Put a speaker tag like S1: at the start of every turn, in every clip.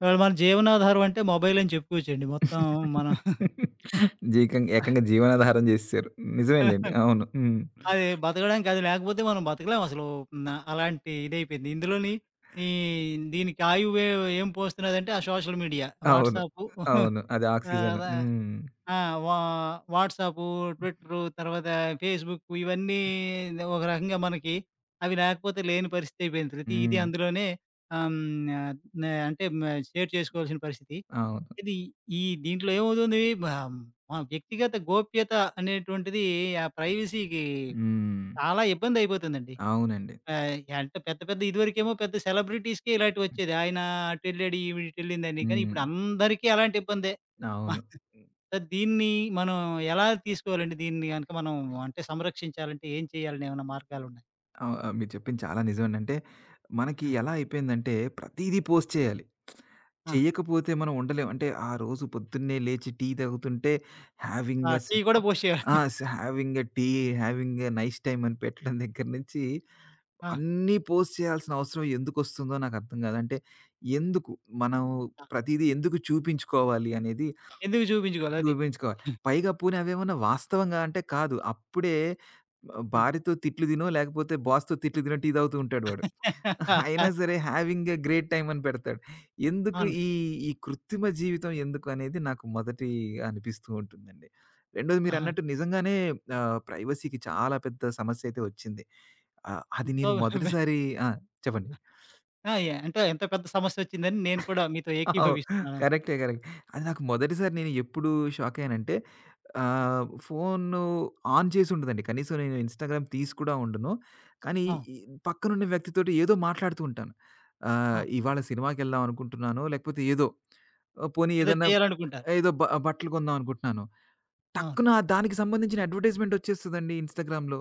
S1: ఇవాళ మన జీవనాధారం అంటే మొబైల్ అని చెప్పుకోవచ్చండి. మొత్తం మనం
S2: ఏకంగా జీవనాధారం జేసేసారు. నిజమేలెండి. అవును. హ్మ్.
S1: అది బతకడానికి అది లేకపోతే మనం బతకలేం అసలు. అలాంటి ఇదైపోయింది. ఇందులోని ఈ దీనికి ఆయువు ఏం పోస్తున్నదంటే ఆ సోషల్ మీడియా,
S2: అవును.
S1: వాట్సాపు
S2: అవును. అది ఆక్సిజన్.
S1: రా
S2: హ్మ్.
S1: ఆ! వా వాట్సాపు, ట్విట్టరు, తర్వాత ఫేస్‌బుక్ ఇవన్నీ ఒక రకంగా మనకి అవి లేకపోతే లేని పరిస్థితి అయిపోయింది. ప్రతిది
S2: హ్మ్.
S1: అందులోనే. ఆహ్, హ్మ్. న అంటే మ షేర్ చేసుకోవాల్సిన పరిస్థితి.
S2: అవును.
S1: ఇది ఈ దీంట్లో ఏమవుతుంది మా మా వ్యక్తిగత గోప్యత అనేటువంటిది, ఆ ప్రైవసీకి
S2: హ్మ్.
S1: చాలా ఇబ్బంది అయిపోతుందండి.
S2: అవునండి.
S1: ఆహ్, అంటే పెద్ద పెద్ద ఇదివరకేమో పెద్ద సెలబ్రిటీస్‌కే ఇలాంటివి వచ్చేది. ఆయన అటు ఎళ్ళాడు, ఈవిడ ఇటు ఎళ్ళిందని. కానీ
S2: హ్మ్.
S1: ఇప్పుడు అందరికీ అలాంటి ఇబ్బందే. మ
S2: అవును.
S1: దీన్ని మనం ఎలా తీసుకోవాలండి? దీన్ని గనక మనం అంటే సంరక్షించాలంటే ఏం చేయాలని, ఏమైనా మార్గాలున్నాయా?
S2: మీరు చెప్పింది చాలా నిజమండి. అంటే మనకి
S1: ఆ!
S2: ఎలా అయిపోయిందంటే ప్రతీదీ పోస్ట్ చేయాలి.
S1: ఆ!
S2: చెయ్యకపోతే మనం ఉండలేం. అంటే ఆ రోజు పొద్దున్నే లేచి టీ తాగుతుంటే
S1: ఆ!
S2: హావింగ్ ఎ
S1: టీ
S2: సిప్,
S1: కూడా పోసి
S2: ఆ!
S1: చేయాలి.
S2: Having a tea, having a nice time అని పెట్టడం దగ్గర నుంచి
S1: ఆ!
S2: అన్నీ పోస్ట్ చేయాల్సిన అవసరం ఎందుకొస్తుందో నాకర్థం గాదు. అంటే ఎందుకు మనం
S1: ఆ!
S2: ప్రతీదీ ఎందుకు చూపించుకోవాలి అనేది
S1: ఎందుకు చూపించుకోవాలి అది.
S2: చూపించుకోవాలి. పైగా పోనీ అవేమన్నా వాస్తవంగా అంటే కాదు. అప్పుడే
S1: ఆ!
S2: భార్యతో తిట్లు తినో లేకపోతే బాస్‌తో తిట్లు తినో టీ తాగుతూ ఉంటాడు వాడు. అయినా సరే హావింగ్ ఎ గ్రేట్ టైమ్ అని పెడతాడు. ఎందుకు
S1: అవును.
S2: ఈ, ఈ కృత్రిమ జీవితం ఎందుకు అనేది నాకు మొదటి అనిపిస్తూ ఉంటుందండి. రెండోది
S1: ఆహా!
S2: మీరన్నట్టు నిజంగానే ప్రైవసీకి చాలా పెద్ద సమస్య అయితే వచ్చింది. అది
S1: సో
S2: నేను మొదటిసారి. ఆ! చెప్పండి.
S1: ఆ! యాహ్! అంటే ఎంత పెద్ద సమస్యొచ్చిందని నేను కూడా మీతో
S2: అవును.
S1: ఏకీభవిస్తున్నాను.
S2: కరెక్టే. కరెక్ట్. అది నాకు మొదటిసారి నేను ఎప్పుడు షాక్ అయ్యానంటే, ఫోను ఆన్ చేసి ఉండదండి. కనీసం నేను ఇన్‌స్టాగ్రామ్ తీసి కూడా ఉండను. కానీ
S1: ఆ!
S2: ఈ పక్కనున్న వ్యక్తితోటి ఏదో మాట్లాడుతూ ఉంటాను.
S1: ఆ!
S2: ఇవాళ సినిమాకెళ్దాం అనుకుంటున్నాను. లేకపోతే ఏదో పోనీ
S1: ఏదో
S2: ఏదన్నా
S1: చేయాలనుకుంటారు.
S2: ఏదో బట్టలు కొందాం అనుకుంటున్నాను.
S1: అవును.
S2: టక్కున దానికి సంబంధించిన అడ్వర్టైజ్‌మెంట్ వచ్చేస్తదండి ఇన్‌స్టాగ్రామ్‌లో.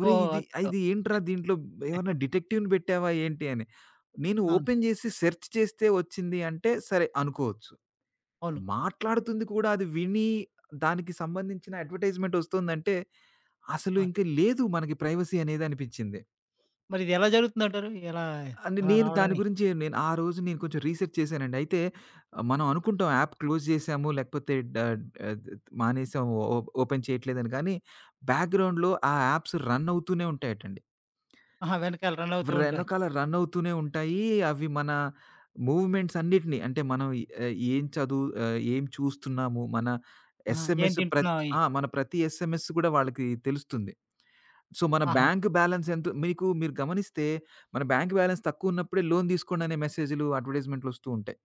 S2: ఒరేయ్!
S1: ఓహో!
S2: ఇది
S1: అద్భుతం.
S2: ఇది ఏంట్రా దీంట్లో ఏమన్నా డిటెక్టివ్‌ని పెట్టావా ఏంటి అని. నేను
S1: అవును.
S2: ఓపెన్ చేసి సెర్చ్ చేస్తే వచ్చింది అంటే సరే అనుకోవచ్చు.
S1: అవును.
S2: మాట్లాడుతుంది కూడా అది విని దానికి సంబంధించిన అడ్వర్టైజ్‌మెంట్ వస్తుందంటే అసలు
S1: అవును.
S2: ఇంక లేదు మనకి ప్రైవసీ అనేది అనిపించింది.
S1: మరిదెలా జరుగుతుందంటారు? ఎలా
S2: అంటే
S1: అలా
S2: నేను దాని
S1: రావడని?
S2: గురించి నేను ఆ రోజు నేను కొంచెం రీసెర్చ్ చేశానండి. అయితే మనం అనుకుంటాం యాప్ క్లోజ్ చేశాము లేకపోతే ఆహ్, మానేసాము ఓపెన్ చేయట్లేదని. కానీ బ్యాక్‌గ్రౌండ్‌లో ఆ యాప్స్ రన్ అవుతూనే ఉంటాయటండి.
S1: ఆహా! వెనకాల రన్ అవుతూ ఉంటాయి.
S2: వెనకాల రన్ అవుతూనే ఉంటాయి. అవి మన మూవ్‌మెంట్స్ అన్నిటిని, అంటే మనం ఆహ్, ఏం చదువు ఆహ్, ఏం చూస్తున్నాము, మన
S1: ఆహా! ఏం
S2: ఎస్ఎంఎస్ ప్రత్
S1: తింటున్నావు?
S2: ఆ! మన ప్రతి ఎస్ఎంఎస్ కూడా వాళ్ళకి తెలుస్తుంది. సో, మన
S1: ఆహా!
S2: బ్యాంక్ బ్యాలెన్స్ ఎంత మీకు మీరు గమనిస్తే మన బ్యాంక్ బ్యాలెన్స్ తక్కువున్నప్పుడే లోన్ తీసుకోండి అనే మెసేజ్‌లు, అడ్వర్టైజ్‌మెంట్‌లు వస్తూ ఉంటాయి.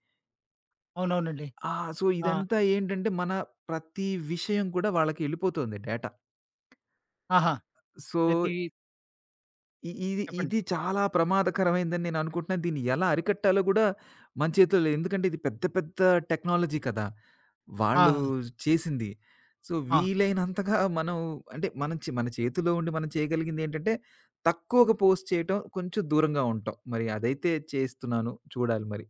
S1: అవునవునండి.
S2: ఆ! సో,
S1: ఆ!
S2: ఇదంతా ఏంటంటే మన ప్రతి విషయం కూడా వాళ్ళకి ఎళ్ళిపోతుంది డేటా.
S1: ఆహా!
S2: సో,
S1: ప్రతి
S2: ఇ ఇది
S1: చెప్పండి.
S2: ఇది చాలా ప్రమాదకరమైందని నేననుకుంటున్నాను. దీన్ని ఎలా అరికట్టాలో గూడా మన చేతుల్లో లేదు. ఎందుకంటే ఇది పెద్ద పెద్ద టెక్నాలజీ కదా! వాళ్ళు
S1: ఆ!
S2: చేసింది. సో,
S1: ఆ!
S2: వీలైనంతగా మనం అంటే మనం చే మన చేతిలో ఉండి మనం చేయగలిగిందేంటంటే, తక్కువగా పోస్ట్ చేయటం, కొంచెం దూరంగా ఉంటాం. మరి అదైతే చేస్తున్నాను. చూడాలి మరి.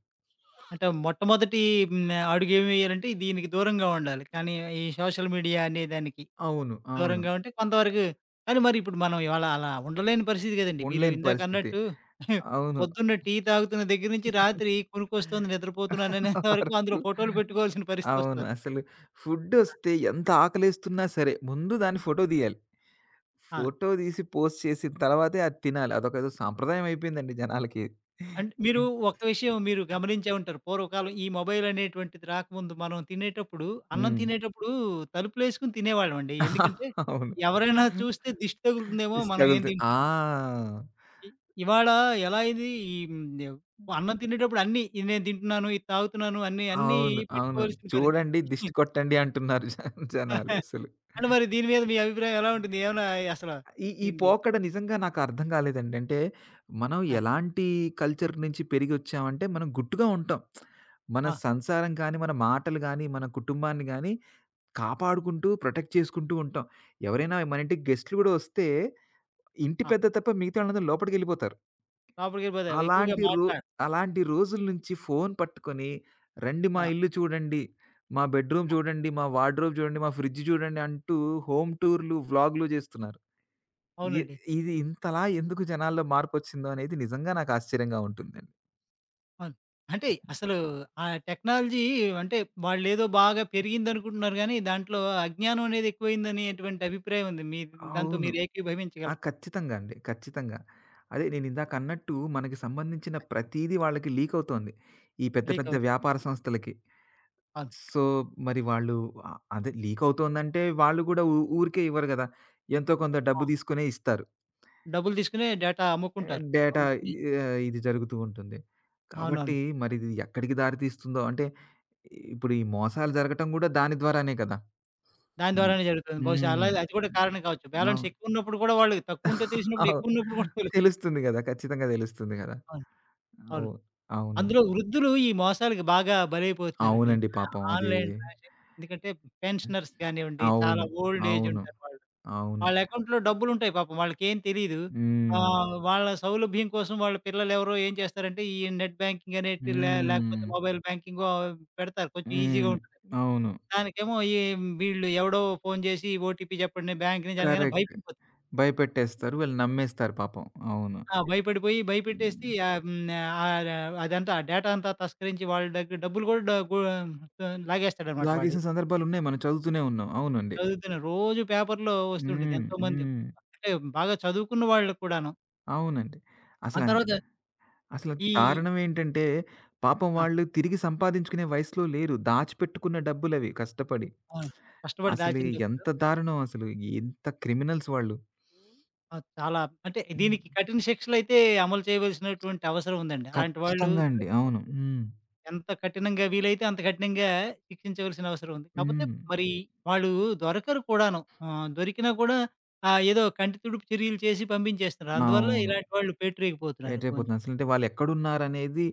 S1: అంటే మొట్టమొదటి. హ్మ్. అడుగేమి వెయ్యాలంటే దీనికి దూరంగా ఉండాలి. కానీ ఈ సోషల్ మీడియా అనే దానికి.
S2: అవును. అవును.
S1: దూరంగా ఉంటే కొంతవరకు. కానీ మరి ఇప్పుడు మనం ఇవాళ అలా ఉండలేని పరిస్థితి కదండీ. మీరు
S2: ఉండలేని
S1: ఇందాక
S2: పరిస్థితి.
S1: అన్నట్టు
S2: అవును.
S1: పొద్దున్న టీ తాగుతున్న దగ్గర నుంచి రాత్రి కునుకొస్తుంది నిద్రపోతున్నాననేంత వరకు అందులో
S2: అరకు.
S1: ఫోటోలు పెట్టుకోవాల్సిన
S2: అవును.
S1: పరిస్థితొస్తది.
S2: అసలు ఫుడ్డొస్తే ఎంత ఆకలేస్తున్నా సరే, ముందు దాన్ని ఫోటో తీయాలి.
S1: ఆ!
S2: ఫోటో తీసి పోస్ట్ చేసిన తర్వాతే అది తినాలి. అదొకేదో సాంప్రదాయం అయిపోయిందండి జనాలకి.
S1: అంటే మీరు ఒక విషయం మీరు గమనించే ఉంటారు. పూర్వకాలం ఈ మొబైల్ అనేటువంటిది రాకముందు మనం తినేటప్పుడు, అన్నం
S2: హ్మ్.
S1: తినేటప్పుడు తలుపులేసుకొని తినేవాళ్ళమండి. ఎందుకంటే
S2: అవును.
S1: ఎవరైనా చూస్తే దిష్టి తగులుతుందేమో
S2: దిష్టి
S1: మనం ఏం
S2: తగులుతు ఆ!
S1: తింటున్నాం. ఇ ఇవాళ ఎలా అయింది ఈ? హ్మ్.
S2: హ్మ్.
S1: అన్నం తినేటప్పుడు అన్నీ ఇది నేను తింటున్నాను, ఇది తాగుతున్నాను అన్నీ, అన్నీ
S2: అవును. అవును.
S1: పెట్టుకోవాల్సిన
S2: చూడండి,
S1: పరిస్థితి.
S2: దిష్టి కొట్టండి అంటున్నారు జనాలు అసలు.
S1: అంటే మరి దీని మీద మీ అభిప్రాయం ఎలా ఉంటుంది? ఏమన్నా అసలు
S2: ఈ ఈ
S1: దీనిది?
S2: పోకడ నిజంగా నాకర్థం కాలేదండి. అంటే, మనం
S1: ఆ!
S2: ఎలాంటి కల్చర్ నుంచి పెరిగొచ్చామంటే, మనం గుట్టుగా ఉంటాం. మన
S1: ఆ!
S2: సంసారం గానీ, మన మాటలు గానీ, మన కుటుంబాన్ని గానీ, కాపాడుకుంటూ, ప్రొటెక్ట్ చేసుకుంటూ ఉంటాం. ఎవరైనా మన ఇంటికి గెస్ట్‌లు గూడా వస్తే, ఇంటి
S1: ఆ!
S2: పెద్ద తప్ప మిగతా వాళ్ళందరూ లోపటికెళ్ళిపోతారు.
S1: లోపలికెళ్ళిపోతాయి. ఎక్కువగా
S2: అలాంటి రో
S1: మాట్లాడ
S2: అలాంటి రోజుల నుంచి ఫోను పట్టుకొని, "రండి మా
S1: ఆ!
S2: ఇల్లు చూడండి, మా బెడ్‌రూమ్ చూడండి, మా వార్డ్‌రోబ్ చూడండి, మా ఫ్రిడ్జ్ చూడండి" అంటూ హోమ్ టూర్‌లు, వ్లాగులు చేస్తున్నారు. ఇ
S1: అవునండి.
S2: ఇది ఇంతలా ఎందుకు జనాల్లో మార్పొచ్చిందో అనేది నిజంగా నాకు ఆశ్చర్యంగా ఉంటుందండి.
S1: అవును. అంటే అసలు ఆ టెక్నాలజీ అంటే వాళ్ళేదో బాగా పెరిగిందనుకుంటున్నారు గానీ, దాంట్లో అజ్ఞానం అనేది ఎక్కువైందనేటువంటి అభిప్రాయం ఉంది. మీ దాంతో
S2: అవును.
S1: మీరు
S2: ఆ!
S1: ఏకీభవించగలరు.
S2: ఖచ్చితంగా అండి. ఖచ్చితంగా. అదే నేనిందాక అన్నట్టు మనకి సంబంధించిన ప్రతీదీ వాళ్ళకి లీకవుతోంది. ఈ పెద్ద
S1: లీక్
S2: పెద్ద
S1: అవుతుంది.
S2: వ్యాపార సంస్థలకి.
S1: అవును.
S2: సో, మరి వాళ్ళు అదే లీకవుతోందంటే వాళ్ళు గూడా ఊరికే ఇవ్వరు గదా! ఎంతో కొంత
S1: ఆ!
S2: డబ్బు తీసుకునే ఇస్తారు.
S1: డబ్బులు తీసుకునే డేటా అమ్ముకుంటారు.
S2: డేటా.
S1: అమ్ముకుని
S2: ఇది జరుగుతూ ఉంటుంది. కాబట్టి
S1: అవునవును.
S2: మరిది ఎక్కడికి దారి తీస్తుందో అంటే ఇప్పుడు ఈ మోసాలు జరగటం గూడా దాని ద్వారానే కదా!
S1: దాని
S2: హ్మ్.
S1: ద్వారానే జరుగుతుంది. బహుశా
S2: హ్మ్.
S1: అలాగే అది కూడా కారణం కావచ్చు.
S2: అవును.
S1: బ్యాలన్స్ ఎక్కువున్నప్పుడు కూడా వాళ్ళు తక్కువుంటే తీసినప్పుడు,
S2: అవును.
S1: ఎక్కువున్నప్పుడు కూడా తెలుస్తుంది.
S2: తెలుస్తుంది గదా! ఖచ్చితంగా తెలుస్తుంది గదా!
S1: అవును. అవును.
S2: అవును. అవునండి.
S1: అందులో వృద్ధులు ఈ మోసాలకి బాగా బలైపోతున్నారండి. ఈ
S2: అవునండి పాపం అది.
S1: ఆన్‌లైన్ ట్రాన్సాక్షన్ ఎందుకంటే పెన్షనర్స్ కానివ్వండి, చాలా
S2: అవును.
S1: ఓల్డ్ ఏజ్
S2: అవును.
S1: ఉంటారు వాళ్ళు.
S2: అవును.
S1: వాళ్ళ అకౌంట్‌లో డబ్బులుంటాయి పాపం వాళ్ళకేం తెలీదు.
S2: హ్మ్.
S1: వాళ్ళ సౌలభ్యం కోసం వాళ్ళ పిల్లలెవరో ఏం చేస్తారంటే, ఈ నెట్ బ్యాంకింగ్ అనేటి
S2: హ్మ్.
S1: లేకపోతే మొబైల్ బ్యాంకింగో పెడతారు. కొంచెం ఈజీగా
S2: హ్మ్.
S1: ఉంటది.
S2: అవును.
S1: దానికేమో ఈ వీళ్ళు ఎవడో ఫోను చేసి ఓటీపీ చెప్పండి బ్యాంక్ నుంచి అనగానే
S2: కరెక్ట్.
S1: భయపడిపోతారు.
S2: భయపెట్టేస్తారు. వీళ్ళు నమ్మేస్తారు పాపం. అవును.
S1: ఆ! భయపడిపోయి భయపెట్టేసి
S2: హ్మ్.
S1: ఆహ్, అదంతా ఆ డేటా అంతా తస్కరించి వాళ్ళ దగ్గర డబ్బులు కూడా డ గు లాగేస్తాడనమాట వాడు.
S2: లాగేసిన సందర్భాలున్నాయి. మనం చదువుతూనే ఉన్నాం. అవునండి.
S1: చదువుతున్న రోజు పేపర్‌లో వస్తుంటది
S2: హ్మ్.
S1: ఎంతోమంది.
S2: హ్మ్.
S1: అంటే బాగా చదువుకున్న వాళ్ళకి కూడాను.
S2: అవునండి.
S1: ఆ
S2: అసలండి
S1: తర్వాత
S2: అసల
S1: ఈ
S2: దారుణం ఏంటంటే, పాపం
S1: ఆ!
S2: వాళ్ళు తిరిగి సంపాదించుకునే వయసులో లేరు. దాచిపెట్టుకున్న డబ్బులవి కష్టపడి.
S1: అవును. కష్టపడి
S2: అసలు
S1: దాచిన డబ్బులు.
S2: ఎంత దారుణం అసలు. ఎంత క్రిమినల్స్ వాళ్ళు.
S1: ఆ! చాలా అంటే దీనికి
S2: హ్మ్.
S1: కఠిన శిక్షలైతే అమలు చేయవలసినటువంటి అవసరం ఉందండి. అలాంటి వాళ్ళు
S2: ఖచ్చితంగా అండి. అవును.
S1: దొరికినప్పుడు
S2: హ్మ్.
S1: ఎంత కఠినంగా వీలైతే అంత కఠినంగా శిక్షించవలసిన అవసరం ఉంది. కాపోతే
S2: హ్మ్.
S1: మరి వాళ్ళు దొరకరు కూడాను. దొరికినా కూడా ఏదో కంటి తుడుపు చర్యలు చేసి పంపించేస్తున్నారు. అందువల్ల
S2: అవును.
S1: ఇలాంటి వాళ్ళు పేటరేగిపోతున్నారు కొంచెం.
S2: ఎటైపోతున్నారు. అసలంటే వాళ్ళెక్కడున్నారనేది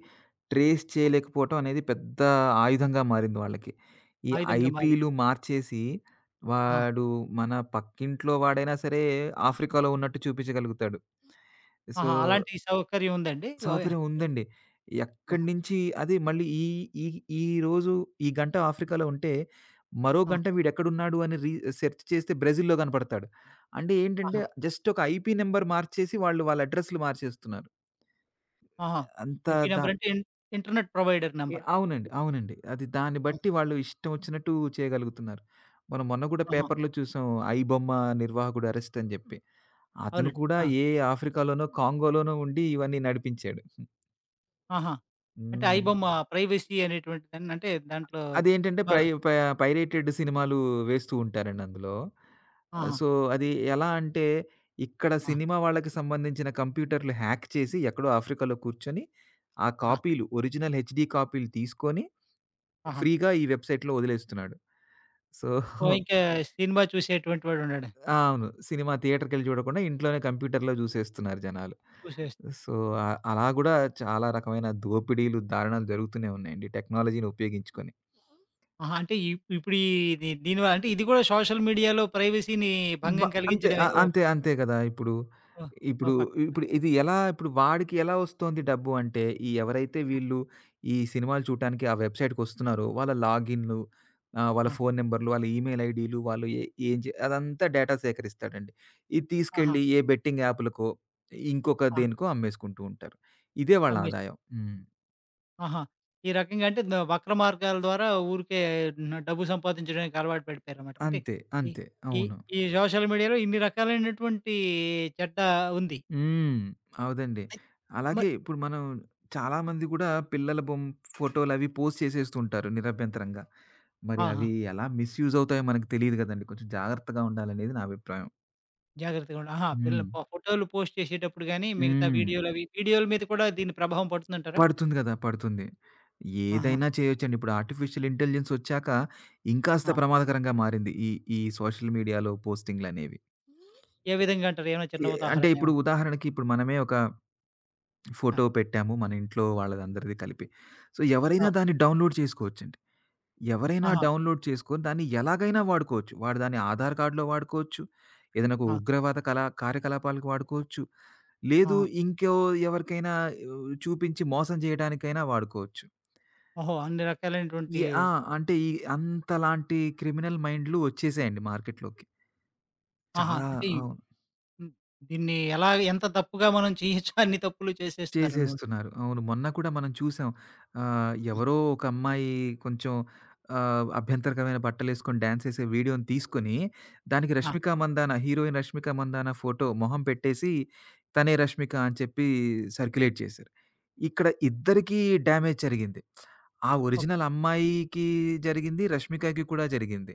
S2: ట్రేస్ చేయలేకపోవటం అనేది పెద్ద ఆయుధంగా మారింది వాళ్ళకి. ఈ
S1: ఆయుధంగా మారి.
S2: ఐపీలు మార్చేసి,
S1: ఆ!
S2: వాడు మన పక్కింట్లో వాడైనా సరే ఆఫ్రికాలో ఉన్నట్టు చూపించగలుగుతాడు. సో,
S1: ఆహా! అలాంటి సౌకర్యం ఉందండి? ఓహ్! యాహ్!
S2: సౌకర్యం ఉందండి. ఎక్కడి
S1: ఆహా!
S2: నుంచి అది మళ్ళీ ఈ ఈ ఈ రోజు ఈ గంట ఆఫ్రికాలో ఉంటే, మరో
S1: ఆ!
S2: గంట వీడెక్కడున్నాడు అని సెర్చ్ చేస్తే బ్రెజిల్‌లో కనపడతాడు. అంటే ఏంటంటే
S1: ఆహా!
S2: జస్ట్ ఒక ఐపీ నంబర్ మార్చేసి వాళ్ళు వాళ్ళ అడ్రెస్‌లు మార్చేస్తున్నారు.
S1: ఆహా!
S2: అంత
S1: ఐపీ
S2: ద
S1: నంబర్ అంటే ఇంటర్నెట్ ప్రొవైడర్
S2: ఎ
S1: నంబరా?
S2: అవునండి. అవునండి. అది దాన్ని
S1: ఆ!
S2: బట్టి వాళ్ళు ఇష్టం వచ్చినట్టు చేయగలుగుతున్నారు. మనం మొన్న కూడా
S1: ఆహా!
S2: పేపర్‌లో చూసాం ఐబొమ్మ నిర్వాహకుడు అరెస్ట్ అని జెప్పి. అతను
S1: అవునండి.
S2: కూడా
S1: ఆ!
S2: ఏ ఆఫ్రికాలోనో, కాంగోలోనో ఉండి ఇవన్నీ నడిపించాడు.
S1: ఆహా! అంటే
S2: హ్మ్.
S1: ఐబొమ్మ ప్రైవసీ అనేటువంటిదని అంటే దాంట్లో
S2: అదేంటంటే ప్రై
S1: సినిమాలో.
S2: ప పైరేటెడ్ సినిమాలు వేస్తూ ఉంటారండి అందులో.
S1: ఆహా!
S2: సో, అది ఎలా అంటే ఇక్కడ
S1: ఆ!
S2: సినిమా వాళ్ళకి సంబంధించిన కంప్యూటర్‌లు హ్యాక్ చేసి ఎక్కడో ఆఫ్రికాలో కూర్చొని ఆ
S1: ఆ!
S2: కాపీలు ఒరిజినల్ హెచ్‌డి కాపీలు తీసుకొని
S1: ఆహా!
S2: ఫ్రీగా ఈ వెబ్‌సైట్‌లో వదిలేస్తున్నాడు. సో,
S1: ఓహ్! ఇంకా సినిమా చూసేటువంటి వాడుండడు.
S2: ఆ, అవును. సినిమా థియేటర్‌కెళ్ళి చూడకుండా ఇంట్లోనే కంప్యూటర్‌లో చూసేస్తున్నారు జనాలు.
S1: చూసేస్
S2: సో, అలా గూడా చాలా రకమైన దోపిడీలు, దారుణాలు జరుగుతూనే ఉన్నాయండి టెక్నాలజీని ఉపయోగించుకొని.
S1: ఆహా! అంటే ఇప్పుడు ఈ దీని వల్ల అంటే ఇది కూడా సోషల్ మీడియాలో ప్రైవసీని
S2: బ
S1: భంగం
S2: అంతే. ఆ!
S1: కలిగించడమే. ఓ
S2: అంతే. అంతే కదా! ఇప్పుడు,
S1: ఓ ఓ
S2: ఇప్పుడు,
S1: పక్క.
S2: ఇప్పుడు ఇది ఎలా ఇప్పుడు వాడికి ఎలా వస్తోంది డబ్బు అంటే, ఈ ఎవరైతే వీళ్ళు ఈ సినిమాలు చూడటానికి ఆ వెబ్‌సైట్‌కొస్తున్నారో, వాళ్ళ లాగిన్‌లు, వాళ్ళ
S1: ఆ!
S2: ఫోను నంబర్‌లు, వాళ్ళ ఈమెయిల్ ఐడీలు, వాళ్ళు ఏ ఏం చే అదంతా డేటా సేకరిస్తాడండి. ఇది
S1: ఆహా!
S2: తీసుకెళ్ళి ఏ బెట్టింగ్ యాప్‌లకో, ఇంకొక
S1: ఆ!
S2: దేనికో అమ్మేసుకుంటూ ఉంటారు. ఇదే వాళ్ళ
S1: అమ్మేసి
S2: ఆదాయం. హ్మ్.
S1: ఆహా! ఈ రకంగా అంటే వక్ర మార్గాల ద్వారా ఊరికే డబ్బు సంపాదించడానికి అలవాటు పడిపోయారన్నమాట. అంటే
S2: అంతే.
S1: ఈ
S2: అంతే.
S1: ఈ
S2: అవును.
S1: ఈ సోషల్ మీడియాలో ఇన్ని రకాలైనటువంటి చెడ్డ ఉంది.
S2: హ్మ్. అవుదండి.
S1: అయి
S2: అలాగే
S1: మరి
S2: ఇప్పుడు మనం చాలామంది గూడా పిల్లల ఫోటోలవి పోస్ట్ చేసేస్తుంటారు నిరభ్యంతరంగా. మరి
S1: ఆ! ఆ!
S2: అవి ఎలా మిస్‌యూజ్ అవుతాయో మనకు తెలీదు గదండీ. కొంచెం జాగ్రత్తగా ఉండాలనేది నా అభిప్రాయం.
S1: జాగ్రత్తగా ఉండ ఆహా! పిల్ల
S2: హ్మ్.
S1: ప ఫోటోలు పోస్ట్ చేసేటప్పుడు గాని, మిగతా
S2: హ్మ్.
S1: వీడియోలవి వీడియోల మీద కూడా దీని ప్రభావం పడుతుందంటారా?
S2: పడుతుంది గదా! పడుతుంది.
S1: ఆహా!
S2: ఏదైనా చేయొచ్చండి. ఇప్పుడు ఆర్టిఫిషియల్ ఇంటెలిజెన్స్ ఒచ్చాక ఇంకాస్త
S1: ఆ!
S2: ప్రమాదకరంగా మారింది. ఈ ఈ సోషల్ మీడియాలో పోస్టింగ్‌లనేవి.
S1: ఏ విధంగా అంటారు? ఏమైనా చిన్న
S2: అంటే
S1: ఉదాహరణ
S2: ఇప్పుడు
S1: ఏమన్నా?
S2: ఉదాహరణకి ఇప్పుడు మనమే ఒక
S1: ఆ!
S2: ఫోటో పెట్టాము మన ఇంట్లో వాళ్ళదందరిది కలిపి. సో, ఎవరైనా
S1: ఆ!
S2: దాన్ని డౌన్‌లోడ్ చేసుకోవచ్చండి. ఎవరైనా
S1: ఆహా!
S2: డౌన్‌లోడ్ చేసుకొని దాన్ని ఎలాగైనా వాడుకోవచ్చు. వాడు దాన్ని ఆధార్ కార్డ్‌లో వాడుకోవచ్చు. ఏదైనా ఒక
S1: ఆ!
S2: ఉగ్రవాద కళా కార్యకలాపాలకు వాడుకోవచ్చు.
S1: ఆ!
S2: లేదు ఇంకో ఎవరికైనా చూపించి మోసం చేయడానికైనా వాడుకోవచ్చు.
S1: ఓహో! అన్ని రకాలైనటువంటి
S2: ఆ! అంటే ఈ అంతలాంటి క్రిమినల్ మైండ్‌లు వచ్చేసాయండి మార్కెట్‌లోకి.
S1: ఆహా!
S2: చాలా
S1: అంటే
S2: అవును.
S1: హ్మ్. దీన్ని ఎలా ఎంత తప్పుగా మనం చేయొచ్చో అన్ని తప్పులు చేసేస్తున్నారనమాట.
S2: చేసేస్తున్నారు. అవును. మొన్న కూడా మనం చూసాం. ఎవరో ఒక అమ్మాయి కొంచెం అభ్యంతరకరమైన బట్టలేసుకొని డాన్స్ ఏసే వీడియోని తీసుకొని, దానికి
S1: ఆ!
S2: రష్మిక మందాన, హీరోయిన్ రష్మిక మందాన ఫోటో మొహం పెట్టేసి, తనే రష్మిక అని చెప్పి సర్క్యులేట్ చేశారు. ఇక్కడ ఇద్దరికీ డ్యామేజ్ జరిగింది. ఆ
S1: ఓకే.
S2: ఒరిజినల్ అమ్మాయికి జరిగింది. రష్మికకి కూడా జరిగింది.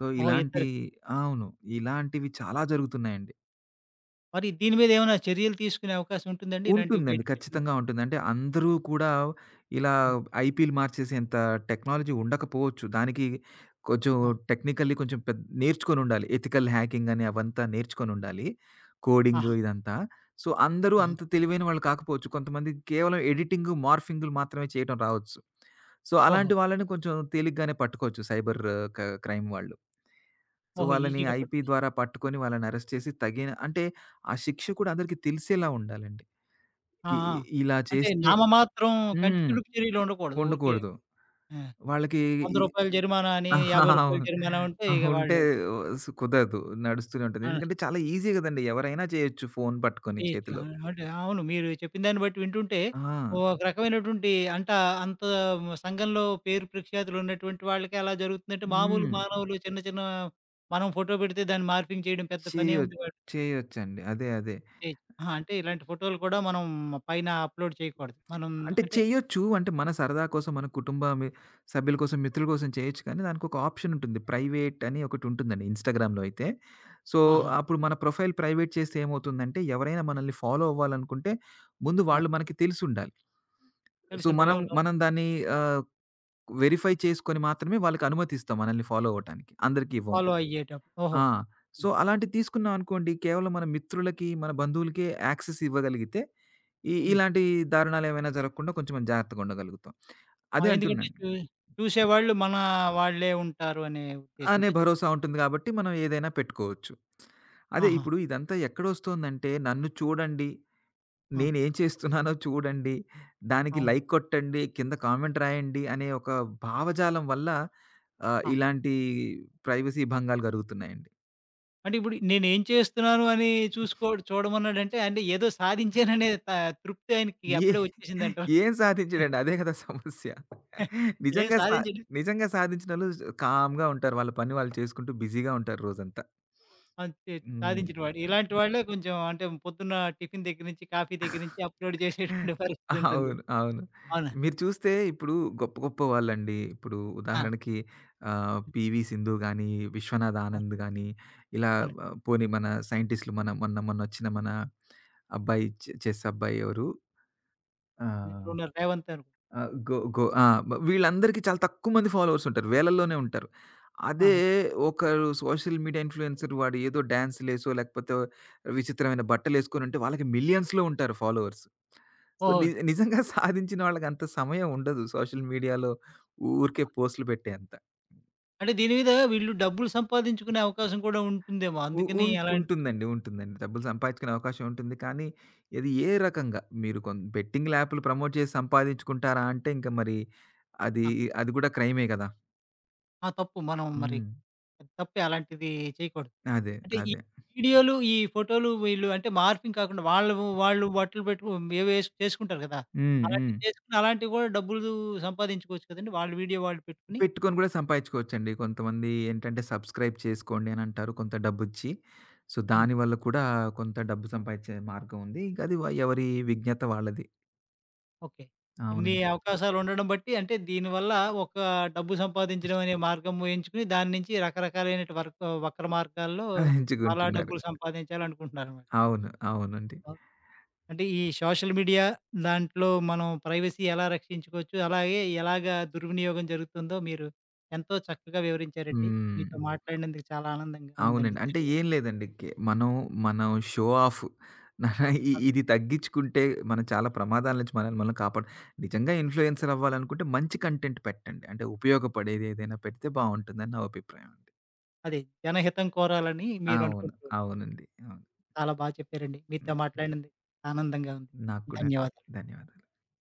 S2: సో,
S1: ఓహో!
S2: ఇలాంటి
S1: ఇద్దరికి.
S2: అవును. ఇలాంటివి చాలా జరుగుతున్నాయండి.
S1: మరి దీని మీద ఏమైనా చర్యలు తీసుకునే అవకాశం ఉంటుందండి? ఇలాంటివి
S2: ఉంటుందండి.
S1: బయటకొచ్చినప్పుడు?
S2: ఖచ్చితంగా ఉంటుంది. అంటే అందరూ కూడా ఇలా
S1: హ్మ్.
S2: ఐపీలు మార్చేసేంత టెక్నాలజీ ఉండకపోవచ్చు. దానికి కొంచెం
S1: ఆ!
S2: టెక్నికల్లీ కొంచెం నేర్చుకొనుండాలి. ఎథికల్ హ్యాకింగ్ అని అవంతా నేర్చుకొనుండాలి. కోడింగు
S1: ఆహా!
S2: ఇదంతా. సో, అందరూ
S1: ఆహా!
S2: అంత తెలివైన వాళ్ళు కాకపోవచ్చు. కొంతమంది కేవలం ఎడిటింగు, మార్ఫింగులు మాత్రమే చేయటం రావచ్చు. సో,
S1: ఓహో!
S2: అలాంటి వాళ్ళని కొంచెం తేలిగ్గానే పట్టుకోవచ్చు సైబర్ క క్రైమ్ వాళ్ళు. సో,
S1: ఓహో!
S2: వాళ్ళని
S1: ఈజీగా
S2: ఐపీ
S1: పట్టుకోవచ్చు.
S2: ద్వారా పట్టుకొని వాళ్ళని అరెస్ట్ చేసి తగిన అంటే ఆ శిక్ష కూడా అందరికీ తెలిసేలా ఉండాలండి.
S1: ఆ!
S2: ఇ
S1: ఆ!
S2: ఇ ఇలా
S1: అంటే
S2: చేస్తే
S1: నామమాత్రం కంటి
S2: హ్మ్.
S1: తుడుపు చర్యలు ఉండకూడదు. ఊరికే
S2: ఉండకూడదు.
S1: ఆ!
S2: వాళ్ళకి ఇ
S1: రూ. 100 జరిమానా అని, రూ. 50
S2: అవును.
S1: జరిమానా ఉంటే
S2: ఆ!
S1: ఇక
S2: ఉంటే
S1: వాళ్ళు
S2: కుదరదు. నడుస్తూనే ఉంటది.
S1: ఆ!
S2: ఎందుకంటే చాలా ఈజీ గదండీ. ఎవరైనా చేయొచ్చు ఫోను పట్టుకొని
S1: చేయొచ్చు. ఆ!
S2: చేతిలో.
S1: అంటే అవును. మీరు చెప్పిన దాన్ని బట్టి వింటుంటే
S2: ఆ!
S1: ఓ ఒక రకమైనటువంటి అంట అంత సంఘంలో పేరు ప్రఖ్యాతులు ఉన్నటువంటి వాళ్ళకి అలా జరుగుతుందంటే మామూలు
S2: హ్మ్.
S1: మానవులు చిన్న చిన్న మనం ఫోటో పెడితే దాన్ని మార్ఫింగ్ చేయడం పెద్ద పనేముంది
S2: చేయొచ్చు.
S1: వాళ్ళు
S2: చేయొచ్చండి. అదే. అదే.
S1: చేయొచ్చు. ఆ! అంటే ఇలాంటి ఫోటోలు కూడా మనం పైన అప్‌లోడ్ చేయకూడదు. మనం
S2: అంటే
S1: అంటే
S2: చేయొచ్చు. అంటే మన సరదా కోసం, మన సభ్యుల కోసం, మిత్రుల కోసం చేయొచ్చు కానీ దానికొక ఆప్షన్ ఉంటుంది. ప్రైవేట్ అని ఒకటుంటుందండి ఇన్‌స్టాగ్రామ్‌లో అయితే. సో,
S1: ఆహా!
S2: అప్పుడు మన ప్రొఫైల్ ప్రైవేట్ చేస్తే ఏమవుతుందంటే ఎవరైనా మనల్ని ఫాలో అవ్వాలనుకుంటే ముందు
S1: ఆ!
S2: వాళ్ళు మనకి తెలిసుండాలి. సో,
S1: తెలిసుండాలి.
S2: మనం
S1: అవునవును.
S2: మనం దాన్ని ఆహ్, వెరిఫై చేసుకొని మాత్రమే వాళ్ళకి అనుమతిస్తాం మనల్ని ఫాలో అవ్వటానికి. అందరికి ఇవ్వం.
S1: ఫాలో అయ్యేటప్పుడు. ఓహో!
S2: ఆ! సో,
S1: హ్మ్.
S2: అలాంటివి తీసుకున్నాం అనుకోండి, కేవలం మన మిత్రులకి, మన బంధువులకే యాక్సెస్ ఇవ్వగలిగితే, ఈ
S1: హ్మ్.
S2: ఇలాంటి దారుణాలేమైనా జరగకుండా కొంచెం మనం జాగ్రత్తగా ఉండగలుగుతాం.
S1: ఆ!
S2: అదే
S1: ఎందుకంటే
S2: అంటున్నాను.
S1: చూసేవాళ్ళు మన వాళ్ళే ఉంటారు అనే
S2: అనే
S1: ఉద్దేశ్యంతో చెప్
S2: భరోసా ఉంటుంది గాబట్టి, మనం ఏదైనా పెట్టుకోవచ్చు. అదే
S1: ఆహా!
S2: ఇప్పుడు ఇదంతా ఎక్కడొస్తోందంటే, నన్ను చూడండి,
S1: ఆ!
S2: నేనేం చేస్తున్నానో చూడండి, దానికి
S1: అవును.
S2: లైక్ కొట్టండి, కింద కామెంట్ రాయండి అనే ఒక భావజాలం వల్ల
S1: ఆ!
S2: ఇలాంటి ప్రైవసీ భంగాలు గలుగుతున్నాయండి.
S1: అంటే ఇప్పుడు నేనేం చేస్తున్నాను అని చూసుకో చూడమన్నాడంటే అంటే ఏదో సాధించాననే తృప్తి ఆయనకి
S2: ఏ
S1: అప్పుడే వచ్చేసిందంటారు.
S2: ఏం సాధించడండి? అదే కదా సమస్య.
S1: ఏం
S2: నిజంగా సా
S1: సాధించడు.
S2: నిజంగా సాధించినోళ్ళు కామ్‌గా ఉంటారు. వాళ్ళ పని వాళ్ళు చేసుకుంటూ బిజీగా ఉంటారు రోజంతా.
S1: అంతే
S2: హ్మ్.
S1: సాధించిన వాడు. ఇలాంటి వాళ్ళే కొంచెం అంటే పొద్దున్న టిఫిన్ దగ్గర నుంచి, కాఫీ దగ్గర నుంచి అప్‌లోడ్ చేసేటువంటి పరిస్థితుంటుంది.
S2: అవును. అవును.
S1: అవునా?
S2: మీరు చూస్తే ఇప్పుడు గొప్ప గొప్ప వాళ్ళండి. ఇప్పుడు
S1: ఆ!
S2: ఉదాహరణకి 'పీవీ సింధు' గాని, 'విశ్వనాథ్
S1: అవును.
S2: ఆనంద్' గాని ఇలా
S1: అవును.
S2: పోనీ మన సైంటిస్ట్‌లు మన మొన్న మొన్నొచ్చిన మన అబ్బాయి చెస్ అబ్బాయి ఎవరు? ఆహ్,
S1: ఎప్పుడున్నారు రేవంత్ అనుకుంటా.
S2: ఆ! గో గో ఆ! వీళ్ళందరికీ చాలా తక్కువ మంది ఫాలోవర్స్ ఉంటారు. వేలల్లోనే ఉంటారు. అదే
S1: ఆహా!
S2: ఒకరు సోషల్ మీడియా ఇన్‌ఫ్లూయెన్సర్ వాడు ఏదో డాన్స్‌లేసో లేకపోతే విచిత్రమైన బట్టలేసుకొనుంటే వాళ్ళకి మిలియన్స్‌లో ఉంటారు ఫాలోవర్స్. సో,
S1: ఓహో!
S2: నిజంగా సాధించిన వాళ్ళకి అంత సమయం ఉండదు. సోషల్ మీడియాలో ఊరికే పోస్ట్‌లు పెట్టేంత.
S1: అంటే దీని మీద వీళ్ళు డబ్బులు సంపాదించుకునే అవకాశం కూడా ఉంటుందేమో.
S2: ఉ
S1: అందుకని
S2: ఉన్
S1: అలాంటి
S2: ఉంటుందండి. ఉంటుందండి. డబ్బులు సంపాదించుకునే అవకాశం ఉంటుంది. కానీ ఇది ఏ రకంగా మీరు బెట్టింగ్ యాప్‌లు ప్రమోట్ చేసి సంపాదించుకుంటారా అంటే ఇంక మరి అది
S1: ఆ!
S2: అది కూడా క్రైమే కదా!
S1: ఆ! తప్పు. మనం మరి
S2: హ్మ్.
S1: తప్పే అలాంటిది చేయకూడదు.
S2: అదే.
S1: అంటే ఈ
S2: అదే.
S1: వీడియోలు, ఈ ఫోటోలు వీళ్ళు అంటే మార్ఫింగ్ కాకుండా వాళ్ళు వాళ్ళు బట్టలు పెట్టు ఏవేసి చేసుకుంటారు కదా!
S2: హ్మ్. హ్మ్.
S1: అలాంటివి చేసుకొని అలాంటివి కూడా డబ్బులు సంపాదించుకోవచ్చు కదండీ. వాళ్ళ వీడియో వాళ్ళు పెట్టుకొని.
S2: పెట్టుకొని గూడా సంపాదించుకోవచ్చండి. కొంతమంది ఏంటంటే సబ్‌స్క్రైబ్ చేసుకోండి అనంటారు కొంత డబ్బిచ్చి. సో,
S1: హ్మ్.
S2: దానివల్ల కూడా కొంత డబ్బు సంపాదించే మార్గం ఉంది. ఇంక అది ఎవరి విజ్ఞత వాళ్ళది.
S1: ఓకే. ఇన్ని
S2: అవునండి.
S1: అవకాశాలు ఉండడం బట్టి అంటే దీనివల్ల ఒక డబ్బు సంపాదించడం అనే మార్గం ఎంచుకొని దాని నుంచి రకరకాలైనటు వక్ర మార్గాల్లో చాలా
S2: ఎంచుకుంటున్నారు.
S1: డబ్బులు సంపాదించాలనుకుంటున్నారన్నమాట.
S2: అవును. అవునండి.
S1: అంటే ఈ సోషల్ మీడియా దాంట్లో మనం ప్రైవసీ ఎలా రక్షించుకోవచ్చు? అలాగే ఎలాగా దుర్వినియోగం జరుగుతుందో మీరు ఎంతో చక్కగా వివరించారండి.
S2: హ్మ్.
S1: మీతో మాట్లాడినందుకు చాలా ఆనందంగా ఉందండి.
S2: అవునండి. అంటే
S1: ధన్యవాదాలు.
S2: ఏం లేదండి. కే మనం, మనం షో ఆఫ్ మన ఇ ఇది తగ్గించుకుంటే మనం చాలా ప్రమాదాల నుంచి మనల్ని మనం కాపాడు నిజంగా ఇన్‌ఫ్లుయెన్సర్ అవ్వాలనుకుంటే మంచి కంటెంట్ పెట్టండి. అంటే ఉపయోగపడేది ఏదైనా పెడితే బావుంటుందని నా అభిప్రాయం అండి.
S1: అదే జనహితం కోరాలని మీరు
S2: అవును.
S1: అనుకుంటూ
S2: అవునండి. అవును.
S1: చాలా బా చెప్పారండి. మీతో
S2: హ్మ్.
S1: మాట్లాడినందుకు ఆనందంగా ఉంది.
S2: నాకు కూడా అండి.
S1: ధన్యవాదాలు.
S2: ధన్యవాదాలు.